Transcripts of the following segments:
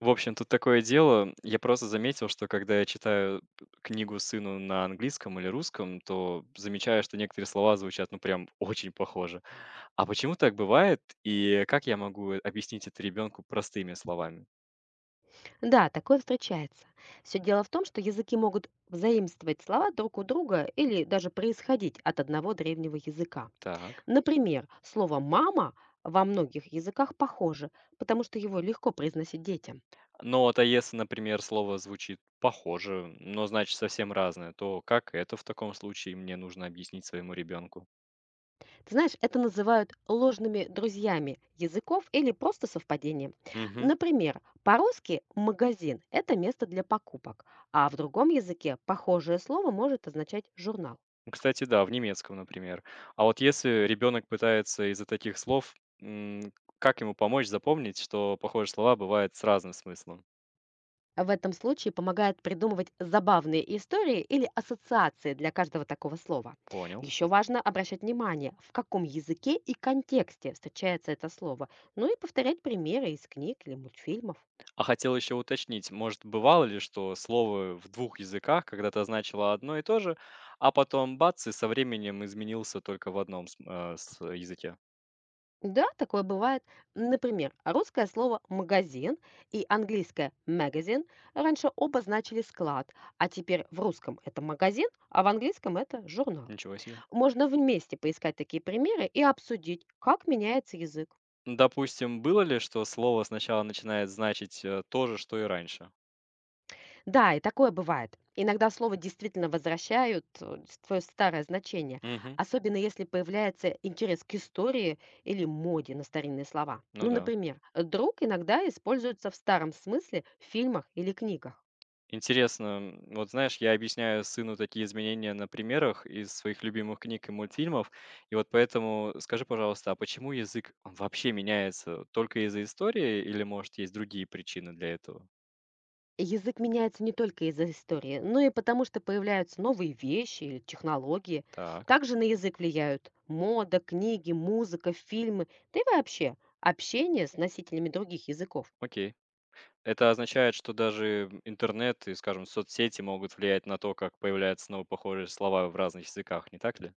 В общем, тут такое дело. Я просто заметил, что когда я читаю книгу сыну на английском или русском, то замечаю, что некоторые слова звучат, ну, прям очень похоже. А почему так бывает, и как я могу объяснить это ребенку простыми словами? Да, такое встречается. Все дело в том, что языки могут заимствовать слова друг у друга или даже происходить от одного древнего языка. Так. Например, слово «мама» во многих языках похоже, потому что его легко произносить детям. Но вот а если, например, слово звучит похоже, но значит совсем разное, то как это в таком случае мне нужно объяснить своему ребенку? Ты знаешь, это называют ложными друзьями языков или просто совпадением. Например, по-русски «магазин»– это место для покупок, а в другом языке похожее слово может означать «журнал». Ну, кстати, да, в немецком, например. А вот если ребенок пытается из-за таких слов, м, как ему помочь запомнить, что похожие слова бывают с разным смыслом? В этом случае помогает придумывать забавные истории или ассоциации для каждого такого слова. Понял. Еще важно обращать внимание, в каком языке и контексте встречается это слово, ну и повторять примеры из книг или мультфильмов. А хотел еще уточнить, может, бывало ли, что слово в двух языках когда-то значило одно и то же, а потом бац, и со временем изменился только в одном языке? Да, такое бывает. Например, русское слово «магазин» и английское «магазин» раньше оба значили «склад», а теперь в русском это «магазин», а в английском это «журнал». Ничего себе. Можно вместе поискать такие примеры и обсудить, как меняется язык. Допустим, было ли, что слово сначала начинает значить то же, что и раньше? Да, и такое бывает. Иногда слово действительно возвращают твое старое значение, Угу. особенно если появляется интерес к истории или моде на старинные слова. Ну Ну, да. например, «друг» иногда используется в старом смысле в фильмах или книгах. Интересно, вот знаешь, я объясняю сыну такие изменения на примерах из своих любимых книг и мультфильмов, и вот поэтому скажи, пожалуйста, а почему язык он вообще меняется только из-за истории или, может, есть другие причины для этого? Язык меняется не только из-за истории, но и потому, что появляются новые вещи или технологии. Так, Также на язык влияют мода, книги, музыка, фильмы, да и вообще общение с носителями других языков. окей. Это означает, что даже интернет и, скажем, соцсети могут влиять на то, как появляются новые похожие слова в разных языках, не так ли?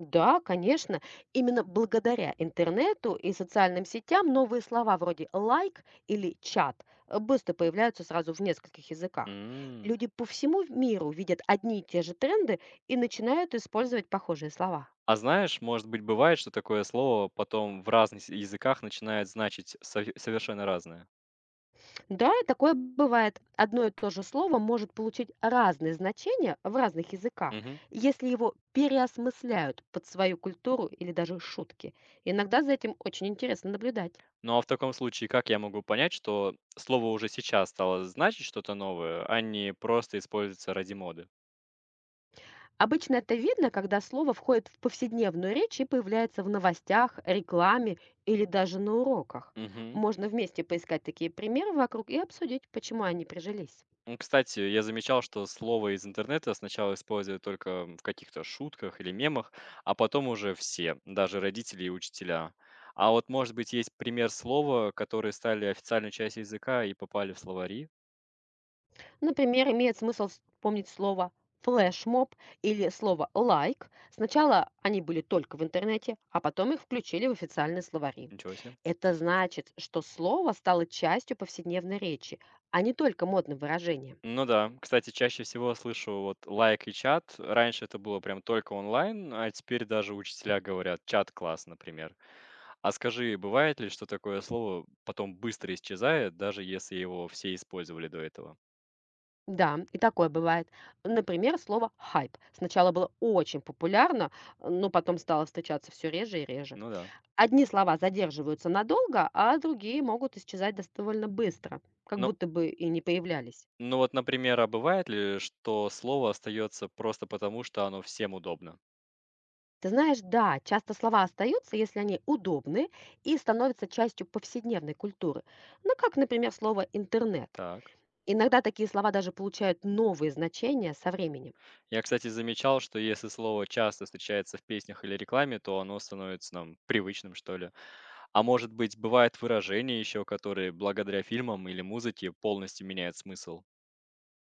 Да, конечно. Именно благодаря интернету и социальным сетям новые слова вроде «лайк» или «чат» быстро появляются сразу в нескольких языках. М. Люди по всему миру видят одни и те же тренды и начинают использовать похожие слова. А знаешь, может быть, бывает, что такое слово потом в разных языках начинает значить совершенно разное? Да, и такое бывает. Одно и то же слово может получить разные значения в разных языках, Мгм. если его переосмысляют под свою культуру или даже шутки. Иногда за этим очень интересно наблюдать. Ну, а в таком случае, как я могу понять, что слово уже сейчас стало значить что-то новое, а не просто используется ради моды? Обычно это видно, когда слово входит в повседневную речь и появляется в новостях, рекламе или даже на уроках. Мгм. Можно вместе поискать такие примеры вокруг и обсудить, почему они прижились. Ну, кстати, я замечал, что слово из интернета сначала используют только в каких-то шутках или мемах, а потом уже все, даже родители и учителя. А вот, может быть, есть пример слова, которые стали официальной частью языка и попали в словари? Например, имеет смысл вспомнить слово флешмоб или слово лайк. Сначала они были только в интернете, а потом их включили в официальные словари. Ничего себе. Это значит, что слово стало частью повседневной речи, а не только модным выражением. Ну да, кстати, чаще всего слышу вот лайк и чат. Раньше это было прям только онлайн, а теперь даже учителя говорят чат-класс, например. А скажи, бывает ли, что такое слово потом быстро исчезает, даже если его все использовали до этого? Да, и такое бывает. Например, слово "хайп" сначала было очень популярно, но потом стало встречаться все реже и реже. Ну да. Одни слова задерживаются надолго, а другие могут исчезать дос довольно быстро, как Ну, будто бы и не появлялись. ну вот, например, а бывает ли, что слово остается просто потому, что оно всем удобно? Ты знаешь, да, часто слова остаются, если они удобны и становятся частью повседневной культуры. Ну, как, например, слово "интернет". Так. Иногда такие слова даже получают новые значения со временем. Я, кстати, замечал, что если слово часто встречается в песнях или рекламе, то оно становится нам привычным, что ли. А может быть, бывают выражения еще, которые благодаря фильмам или музыке полностью меняют смысл?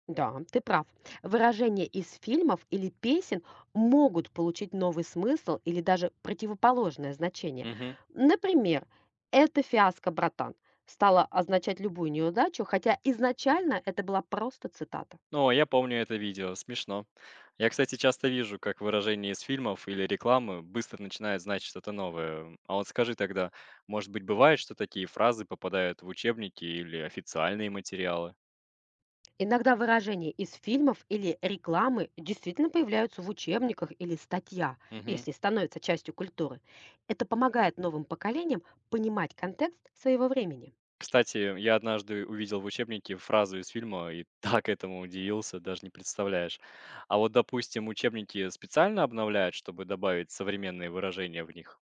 Да, ты прав. Выражения из фильмов или песен могут получить новый смысл или даже противоположное значение. Мгм. Например, «это фиаско, братан» стало означать любую неудачу, хотя изначально это была просто цитата. О, я помню это видео, смешно. Я, кстати, часто вижу, как выражение из фильмов или рекламы быстро начинает значить что-то новое. А вот скажи тогда, может быть, бывает, что такие фразы попадают в учебники или официальные материалы? Иногда выражения из фильмов или рекламы действительно появляются в учебниках или статьях, Мгм. если становятся частью культуры. Это помогает новым поколениям понимать контекст своего времени. Кстати, я однажды увидел в учебнике фразу из фильма и так этому удивился, даже не представляешь. А вот, допустим, учебники специально обновляют, чтобы добавить современные выражения в них.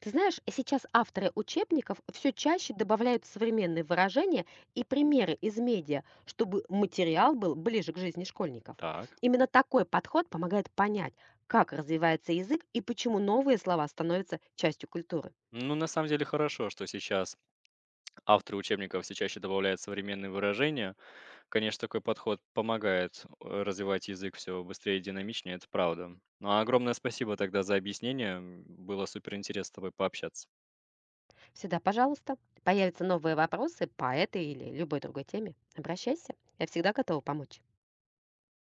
Ты знаешь, сейчас авторы учебников все чаще добавляют современные выражения и примеры из медиа, чтобы материал был ближе к жизни школьников. Так. Именно такой подход помогает понять, как развивается язык и почему новые слова становятся частью культуры. Ну, на самом деле хорошо, что сейчас авторы учебников все чаще добавляют современные выражения. Конечно, такой подход помогает развивать язык все быстрее и динамичнее, это правда. Ну, а огромное спасибо тогда за объяснение. Было супер интересно с тобой пообщаться. Всегда, пожалуйста, появятся новые вопросы по этой или любой другой теме. Обращайся, я всегда готова помочь.